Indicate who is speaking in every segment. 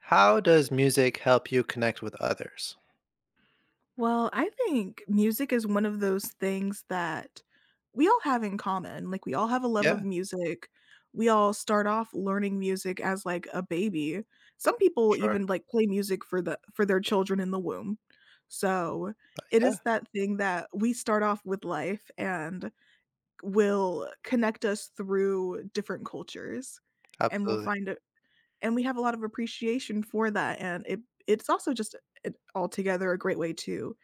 Speaker 1: How does music help you connect with others?
Speaker 2: Well, I think music is one of those things that we all have in common. Like, we all have a love of
Speaker 1: Yeah,
Speaker 2: music. We all start off learning music as like a baby. Some people
Speaker 1: sure.
Speaker 2: even like play music for the for their children in the womb. So, it
Speaker 1: Yeah,
Speaker 2: is that thing that we start off with life and will connect us through different cultures and we'll
Speaker 1: absolutely.
Speaker 2: find it and we have a lot of appreciation for that and it's also just altogether a great way to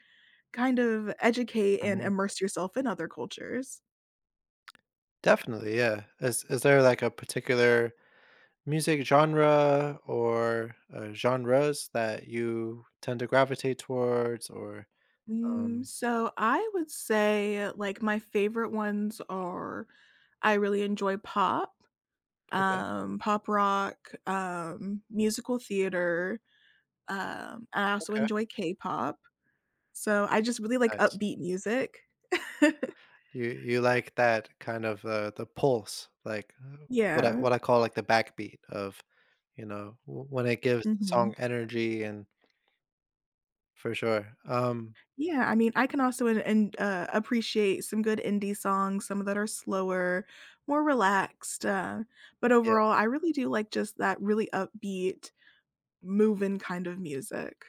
Speaker 2: kind of educate and
Speaker 1: Mhm.
Speaker 2: immerse yourself in other cultures.
Speaker 1: Definitely, yeah. Is there like a particular music genre or genres that you tend to gravitate towards or um
Speaker 2: So I would say, like, my favorite ones are — I really enjoy pop,
Speaker 1: okay,
Speaker 2: pop rock, musical theater, and I also
Speaker 1: okay.
Speaker 2: enjoy K-pop. So I just really like
Speaker 1: Nice.
Speaker 2: upbeat music.
Speaker 1: You like that kind of the pulse, like what I
Speaker 2: Yeah.
Speaker 1: what I call like the backbeat of, you know, when it gives the
Speaker 2: Mhm.
Speaker 1: song energy and for sure.
Speaker 2: Yeah, I mean, I can also appreciate some good indie songs, some that are slower, more relaxed, but overall, I really do like just that really upbeat, moving kind of music.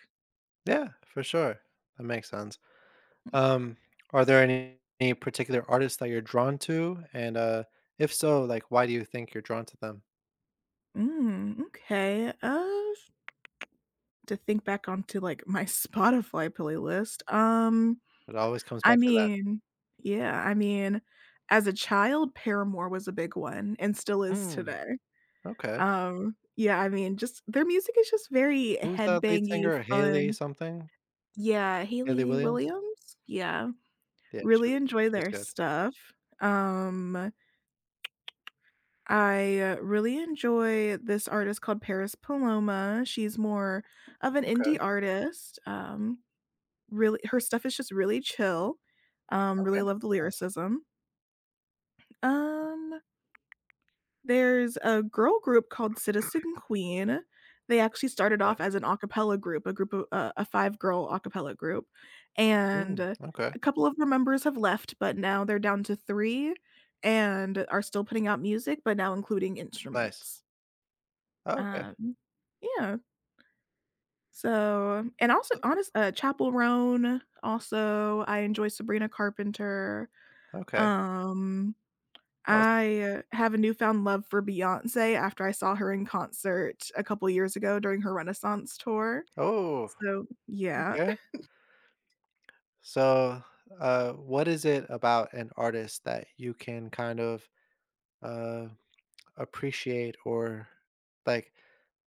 Speaker 1: Yeah, for sure. That makes sense. Um, are there any particular artists that you're drawn to? And if so, like, why do you think you're drawn to them?
Speaker 2: Okay, to think back onto, like, my Spotify playlist,
Speaker 1: It always comes
Speaker 2: I
Speaker 1: back to that.
Speaker 2: mean yeah, I mean, as a child, Paramore was a big one and still is
Speaker 1: Mm,
Speaker 2: today.
Speaker 1: okay.
Speaker 2: Yeah, I mean, just their music is just very
Speaker 1: Who's that lead
Speaker 2: headbangy,
Speaker 1: singer? Haley
Speaker 2: fun.
Speaker 1: something?
Speaker 2: Yeah,
Speaker 1: Haley
Speaker 2: Haley
Speaker 1: Williams?
Speaker 2: Williams? Yeah,
Speaker 1: Yeah,
Speaker 2: really enjoy
Speaker 1: she was
Speaker 2: their
Speaker 1: good.
Speaker 2: stuff. Um, I really enjoy this artist called Paris Paloma, she's more of an indie
Speaker 1: Okay.
Speaker 2: artist, really her stuff is just really chill,
Speaker 1: Okay.
Speaker 2: really love the
Speaker 1: Nice.
Speaker 2: lyricism. Um There's a girl group called Citizen Queen. They actually started
Speaker 1: Okay.
Speaker 2: off as an a cappella group, a group of a five girl a cappella group, and
Speaker 1: Mm, okay.
Speaker 2: a couple of the members have left, but now they're down to three and are still putting out music, but now including
Speaker 1: Nice.
Speaker 2: instruments.
Speaker 1: Okay.
Speaker 2: Um, yeah, so and also
Speaker 1: So,
Speaker 2: honest Chappell Roan, also, I enjoy Sabrina Carpenter,
Speaker 1: okay.
Speaker 2: um
Speaker 1: Awes-
Speaker 2: I, have a newfound love for Beyoncé after I saw her in concert a couple years ago during her Renaissance tour.
Speaker 1: Oh,
Speaker 2: So, yeah.
Speaker 1: okay. So, what is it about an artist that you can kind of uh, appreciate or like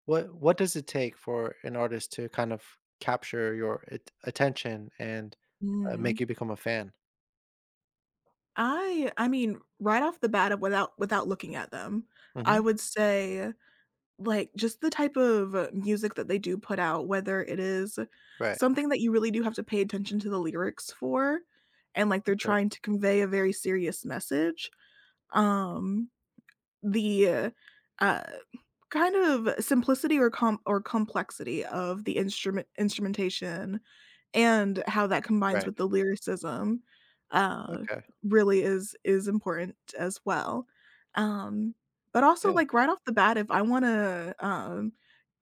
Speaker 1: what does it take for an artist to kind of capture your attention and
Speaker 2: Mm.
Speaker 1: make you become a fan.
Speaker 2: I mean, right off the bat of without looking at them, I
Speaker 1: Hmm,
Speaker 2: would say, like, just the type of music that they do put out, whether it is
Speaker 1: right,
Speaker 2: something that you really do have to pay attention to the lyrics for, and, like, they're
Speaker 1: okay.
Speaker 2: trying to convey a very serious message,
Speaker 1: Mm.
Speaker 2: um the, uh, kind of simplicity or complexity of the instrumentation and how that combines
Speaker 1: Right,
Speaker 2: with the lyricism, uh,
Speaker 1: okay,
Speaker 2: really is important as well. Um, but also,
Speaker 1: yeah,
Speaker 2: like, right off the bat, if I wanna,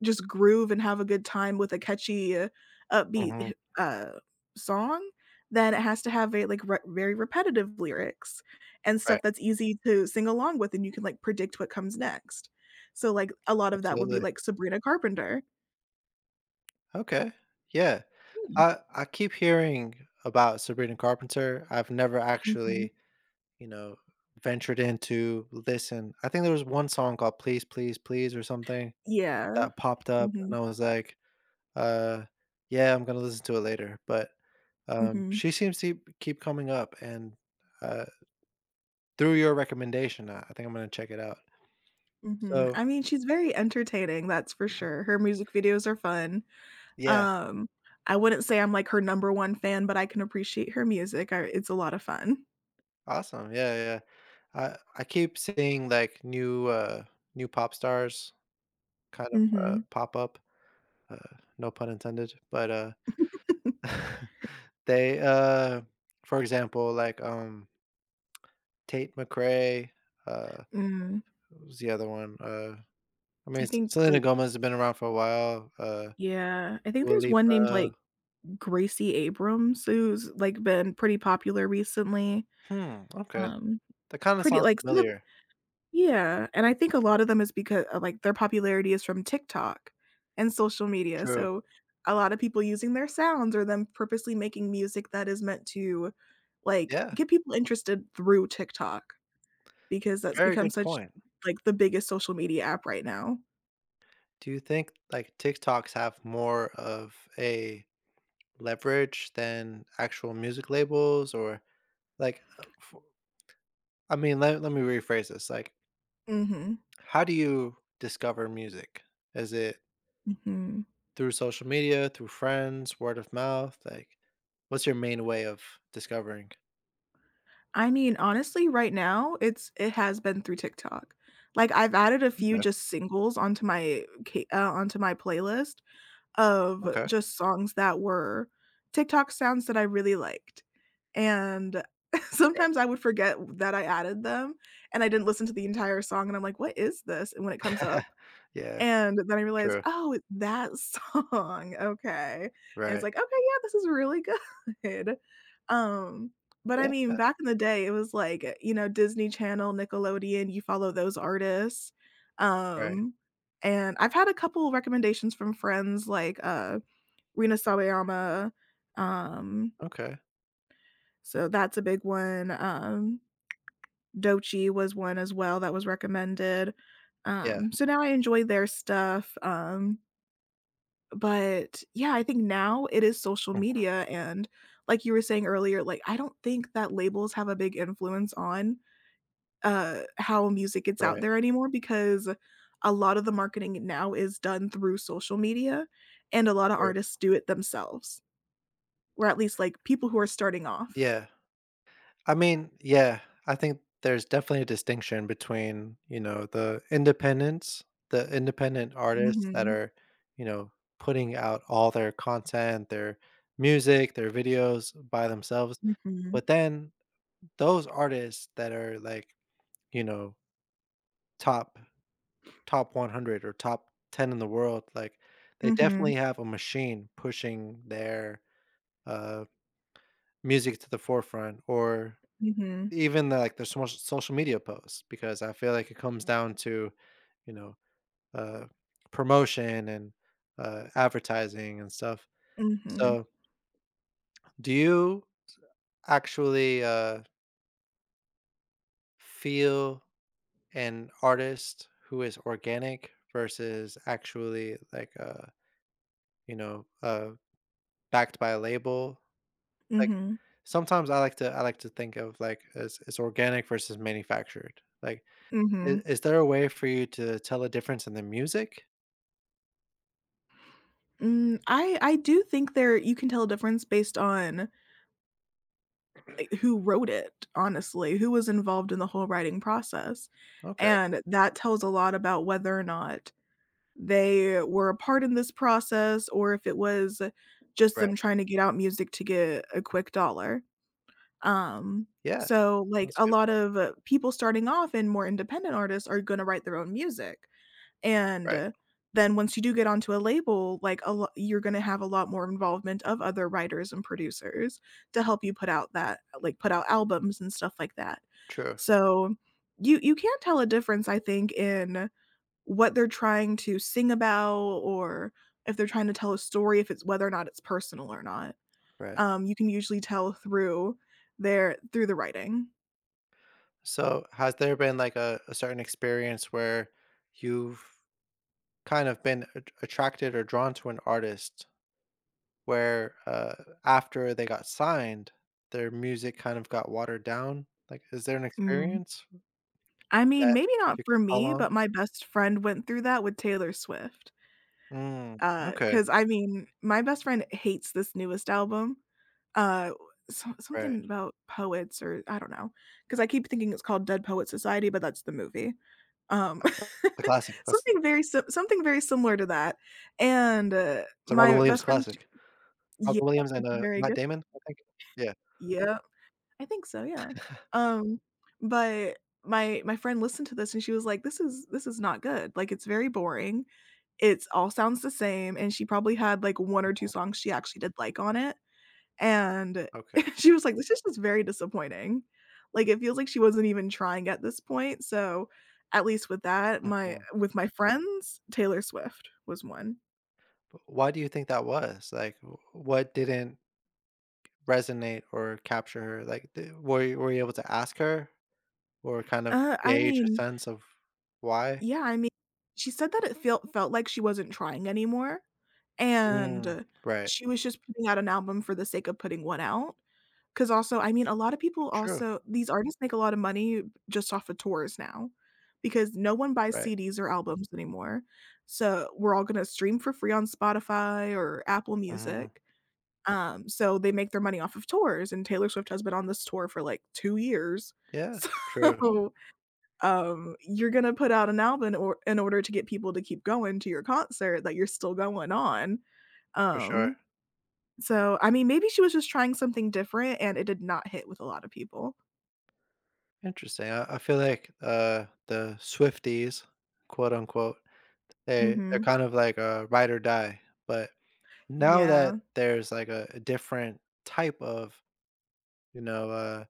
Speaker 2: just groove and have a good time with a catchy,
Speaker 1: hmm,
Speaker 2: upbeat uh, song, then it has to have a, like, re very repetitive lyrics and stuff
Speaker 1: right,
Speaker 2: that's easy to sing along with and you can, like, predict what comes next. So, like, a lot of that would be,
Speaker 1: absolutely,
Speaker 2: like, Sabrina Carpenter.
Speaker 1: okay, yeah.
Speaker 2: Hmm.
Speaker 1: I keep hearing about Sabrina Carpenter. I've never
Speaker 2: Mhm.
Speaker 1: actually, you know, ventured in to listen. I think there was one song called please please please or something
Speaker 2: Yeah.
Speaker 1: that popped up and
Speaker 2: Mhm.
Speaker 1: I was like. Uh, yeah, I'm gonna listen to it later, but,
Speaker 2: Mhm.
Speaker 1: she seems to keep coming up and, uh, through your recommendation, I think I'm gonna check it out.
Speaker 2: Mhm.
Speaker 1: So,
Speaker 2: I mean, she's very entertaining, that's for sure. Her music videos are fun.
Speaker 1: yeah,
Speaker 2: Um, I wouldn't say I'm, like, her number one fan, but I can appreciate her music. I it's a lot of fun.
Speaker 1: awesome, yeah, yeah. I keep seeing, like, new, new pop stars kind of,
Speaker 2: Mhm.
Speaker 1: pop up, uh, no pun intended, but, they, for example, like, Tate McRae, uh,
Speaker 2: Mm.
Speaker 1: what was the other one? I mean,
Speaker 2: I
Speaker 1: S
Speaker 2: think,
Speaker 1: Selena
Speaker 2: like
Speaker 1: Gomez has been around for a while, uh,
Speaker 2: yeah, I think
Speaker 1: Dua
Speaker 2: there's one named,
Speaker 1: Lipa.
Speaker 2: like, Gracie Abrams who's, like, been pretty popular recently.
Speaker 1: Hmm, okay.
Speaker 2: Um
Speaker 1: That kinda
Speaker 2: Pretty
Speaker 1: sounds
Speaker 2: like, some of
Speaker 1: familiar.
Speaker 2: Yeah, and I think a lot of them is because like, their popularity is from TikTok and social media,
Speaker 1: True.
Speaker 2: so a lot of people using their sounds or them purposely making music that is meant to, like,
Speaker 1: Yeah,
Speaker 2: get people interested through TikTok because that's
Speaker 1: very
Speaker 2: become
Speaker 1: good
Speaker 2: such,
Speaker 1: point.
Speaker 2: like, the biggest social media app right now.
Speaker 1: Do you think, like, TikToks have more of a leverage than actual music labels or, like, f I mean, let me rephrase this, like,
Speaker 2: Mhm,
Speaker 1: how do you discover music? Is it
Speaker 2: mhm.
Speaker 1: through social media, through friends, word of mouth? Like, what's your main way of discovering?
Speaker 2: I mean, honestly, right now, it has been through TikTok. Like, I've added a few
Speaker 1: Okay,
Speaker 2: just singles onto my playlist of
Speaker 1: okay,
Speaker 2: just songs that were TikTok sounds that I really liked, and
Speaker 1: right.
Speaker 2: sometimes I would forget that I added them, and I didn't listen to the entire song, and I'm like, "What is this?" And when it comes up,
Speaker 1: Yeah,
Speaker 2: and then I realized,
Speaker 1: true.
Speaker 2: "Oh, it's that song, okay." And it's
Speaker 1: Right.
Speaker 2: like, "Okay, yeah, this is really good." Um, but I
Speaker 1: Yeah,
Speaker 2: mean, back in the day, it was like, Disney Channel, Nickelodeon, you follow those artists.
Speaker 1: right.
Speaker 2: Um, and I've had a couple recommendations from friends like, Rina Sawayama, um,
Speaker 1: Okay.
Speaker 2: so that's a big one, Doechii was one as well that was recommended.
Speaker 1: Yeah.
Speaker 2: So now I enjoy their stuff, but, yeah, I think now it is social
Speaker 1: Mhm.
Speaker 2: media, and like you were saying earlier, like, I don't think that labels have a big influence on, how music gets out
Speaker 1: Right.
Speaker 2: there anymore because a lot of the marketing now is done through social media, and a lot of
Speaker 1: Right.
Speaker 2: artists do it themselves, or at least, like, people who are starting off.
Speaker 1: Yeah. I mean, yeah, I think there's definitely a distinction between, you know, the independents, the independent artists that
Speaker 2: Mhm.
Speaker 1: are, you know, putting out all their content, their music, their videos by themselves.
Speaker 2: Mhm.
Speaker 1: But then those artists that are like, you know, top top 100 or top 10 in the world, like they
Speaker 2: Mhm.
Speaker 1: definitely have a machine pushing their uh music to the forefront or
Speaker 2: Mhm. Mhm.
Speaker 1: even the, like, the social media posts, because I feel like it comes down to, you know, uh, promotion and, advertising and stuff.
Speaker 2: Mhm.
Speaker 1: So, do you actually, feel an artist who is organic versus actually, like, you know, backed by a label? Like,
Speaker 2: Mhm.
Speaker 1: sometimes I like to think of, like, as organic versus manufactured. Like, I
Speaker 2: Mhm.
Speaker 1: is there a way for you to tell a difference in the music?
Speaker 2: I do think there you can tell a difference based on who wrote it, honestly, who was involved in the whole writing process,
Speaker 1: Okay,
Speaker 2: and that tells a lot about whether or not they were a part in this process or if it was just
Speaker 1: right.
Speaker 2: them trying to get out music to get a quick dollar. Um,
Speaker 1: Yeah,
Speaker 2: so, like,
Speaker 1: that's a
Speaker 2: a
Speaker 1: good
Speaker 2: lot
Speaker 1: point.
Speaker 2: of, people starting off and more independent artists are gonna write their own music. And
Speaker 1: Right.
Speaker 2: then once you do get onto a label, like, a lot you're gonna have a lot more involvement of other writers and producers to help you put out albums and stuff like that.
Speaker 1: True,
Speaker 2: So, you can tell a difference, I think, in what they're trying to sing about or if they're trying to tell a story, if it's whether or not it's personal or not.
Speaker 1: right.
Speaker 2: You can usually tell through the writing.
Speaker 1: So, has there been, like, a certain experience where you've kind of been at attracted or drawn to an artist where, after they got signed, their music kind of got watered down? Like, is there an
Speaker 2: Mm.
Speaker 1: experience
Speaker 2: I mean,
Speaker 1: that
Speaker 2: maybe not
Speaker 1: you
Speaker 2: for
Speaker 1: can call
Speaker 2: me,
Speaker 1: on?
Speaker 2: but my best friend went through that with Taylor Swift.
Speaker 1: Mm, okay,
Speaker 2: 'Cause I mean, my best friend hates this newest album. Uh, so
Speaker 1: right.
Speaker 2: something about poets or I don't know, because I keep thinking it's called Dead Poet Society, but that's the movie. Um,
Speaker 1: The classic. That's
Speaker 2: Something very similar to that, and,
Speaker 1: the Robin
Speaker 2: my
Speaker 1: Williams
Speaker 2: best friend.
Speaker 1: classic.
Speaker 2: Yeah,
Speaker 1: Robin Williams
Speaker 2: it's
Speaker 1: and,
Speaker 2: very
Speaker 1: Matt
Speaker 2: good.
Speaker 1: Damon, I think? Yeah.
Speaker 2: Yeah, I think so, yeah. Um, but my friend listened to this and she was like, "This is not good, like, it's very boring. It's all sounds the same," and she probably had, like, one or two
Speaker 1: Mhm.
Speaker 2: songs she actually did like on it, and
Speaker 1: Okay.
Speaker 2: she was like, "This is just very disappointing." Like, it feels like she wasn't even trying at this point, so at least with that, my
Speaker 1: Mhm.
Speaker 2: with my friends, Taylor Swift was one.
Speaker 1: Why do you think that was? Like, what didn't resonate or capture her? Like, were you able to ask her or kind of
Speaker 2: I
Speaker 1: gauge a
Speaker 2: mean,
Speaker 1: sense of why?
Speaker 2: yeah, I mean, she said that it felt like she wasn't trying anymore,
Speaker 1: Mm,
Speaker 2: and
Speaker 1: right.
Speaker 2: she was just putting out an album for the sake of putting one out. Cause also, I mean, a lot of people
Speaker 1: True.
Speaker 2: also these artists make a lot of money just off of tours now, because no one buys
Speaker 1: Right.
Speaker 2: CDs or albums anymore, so we're all gonna stream for free on Spotify or Apple
Speaker 1: Hmm.
Speaker 2: Music, so they make their money off of tours, and Taylor Swift has been on this tour for, like, 2 years,
Speaker 1: Yeah. True.
Speaker 2: so you're gonna put out an album or in order to get people to keep going to your concert that you're still going on.
Speaker 1: For sure.
Speaker 2: Um, so I mean, maybe she was just trying something different and it did not hit with a lot of people.
Speaker 1: Interesting. I feel like the Swifties, quote unquote, they're
Speaker 2: Mhm.
Speaker 1: kind of like a ride or die. But now that
Speaker 2: Yeah.
Speaker 1: there's like a different type of you know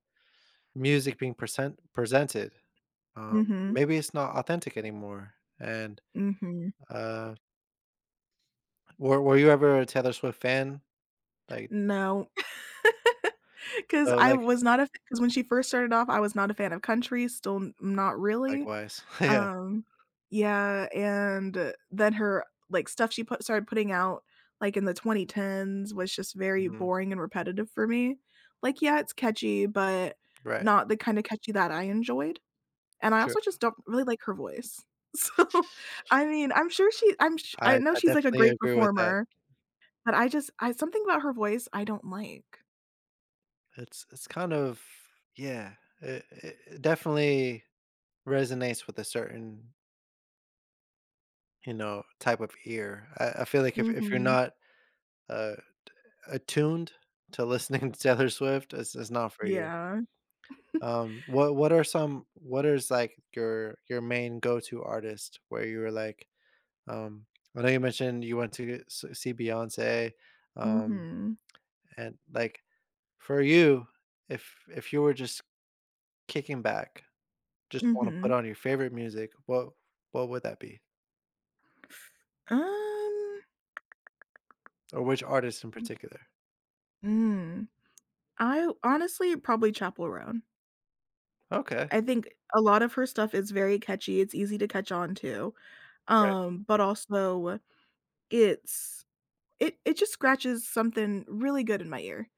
Speaker 1: music being presented. Um,
Speaker 2: Mhm.
Speaker 1: maybe it's not authentic anymore, and,
Speaker 2: Mhm.
Speaker 1: uh, were you ever a Taylor Swift fan? Like,
Speaker 2: No, 'cause
Speaker 1: so,
Speaker 2: I
Speaker 1: like
Speaker 2: was not a, because when she first started off, I was not a fan of country, still n not really.
Speaker 1: likewise. Yeah.
Speaker 2: Um, yeah, and then her, like, stuff she put started putting out, like, in the 2010s was just very
Speaker 1: Mhm.
Speaker 2: boring and repetitive for me. Like, yeah, it's catchy, but
Speaker 1: Right.
Speaker 2: not the kind of catchy that I enjoyed, and I
Speaker 1: True.
Speaker 2: also just don't really like her voice. So, I mean, I'm sure she I'm sh I know
Speaker 1: I
Speaker 2: she's, like, a
Speaker 1: definitely
Speaker 2: great
Speaker 1: agree with that.
Speaker 2: performer, but I something about her voice I don't like.
Speaker 1: It's kind of yeah, it definitely resonates with a certain, you know, type of ear. I feel like if you're
Speaker 2: Mhm.
Speaker 1: not, uh, attuned to listening to Taylor Swift, it's not for you.
Speaker 2: Yeah.
Speaker 1: What are some what is like your main go-to artist where you were like, um, I know you mentioned you went to see Beyonce, um,
Speaker 2: Mhm.
Speaker 1: and like for you, if you were just kicking back, just want to put
Speaker 2: Mhm.
Speaker 1: on your favorite music, what would that be,
Speaker 2: Um,
Speaker 1: or which artist in particular?
Speaker 2: mm I honestly, probably Chapel Roan.
Speaker 1: Okay,
Speaker 2: I think a lot of her stuff is very catchy, it's easy to catch on to,
Speaker 1: right.
Speaker 2: but also it's it just scratches something really good in my ear.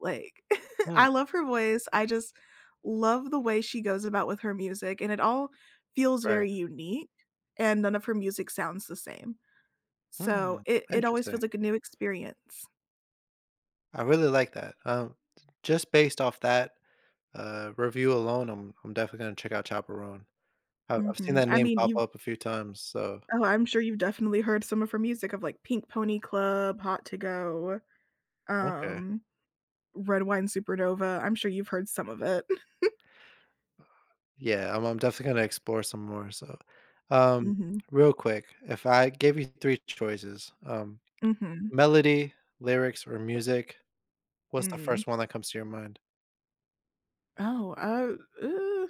Speaker 2: Like,
Speaker 1: Hmm,
Speaker 2: I love her voice, I just love the way she goes about with her music, and it all feels
Speaker 1: right.
Speaker 2: very unique, and none of her music sounds the same. So,
Speaker 1: Hmm,
Speaker 2: it always
Speaker 1: interesting.
Speaker 2: feels like a new experience.
Speaker 1: I really like that. Just based off that review alone, I'm definitely gonna check out Chaperone. I've seen
Speaker 2: Mhm.
Speaker 1: that
Speaker 2: I
Speaker 1: name
Speaker 2: mean,
Speaker 1: pop
Speaker 2: you
Speaker 1: up a few times, so
Speaker 2: oh, I'm sure you've definitely heard some of her music of, like, Pink Pony Club, Hot to Go,
Speaker 1: okay.
Speaker 2: um, Red Wine Supernova. I'm sure you've heard some of it.
Speaker 1: Yeah, I'm definitely gonna explore some more, so, um,
Speaker 2: Mhm.
Speaker 1: real quick, if I gave you 3 choices,
Speaker 2: Mhm.
Speaker 1: melody, lyrics, or music, what's the
Speaker 2: Mm.
Speaker 1: first one that comes to your mind?
Speaker 2: Oh, ooh,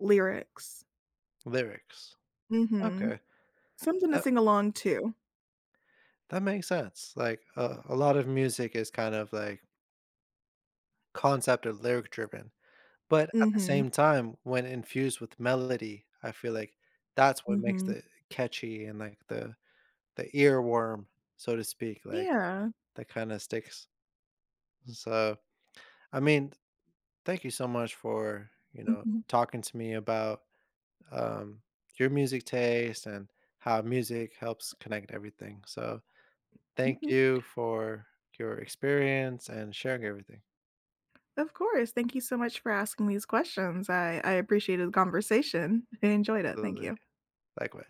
Speaker 2: lyrics.
Speaker 1: Lyrics.
Speaker 2: Mhm.
Speaker 1: Okay,
Speaker 2: Something to
Speaker 1: that
Speaker 2: sing along to.
Speaker 1: that makes sense, like, a lot of music is kind of, like, concept or lyric driven, but at the
Speaker 2: Mhm.
Speaker 1: same time, when infused with melody, I feel like that's what makes
Speaker 2: Mhm.
Speaker 1: it catchy and, like, the earworm, so to speak, like
Speaker 2: Yeah.
Speaker 1: that kind of sticks. So, I mean, thank you so much for, you know,
Speaker 2: Mhm.
Speaker 1: talking to me about um, your music taste and how music helps connect everything. So, thank
Speaker 2: Mhm.
Speaker 1: you for your experience and sharing everything.
Speaker 2: Of course. Thank you so much for asking these questions. I appreciated the conversation. I enjoyed it. Thank
Speaker 1: Absolutely.
Speaker 2: you.
Speaker 1: Likewise.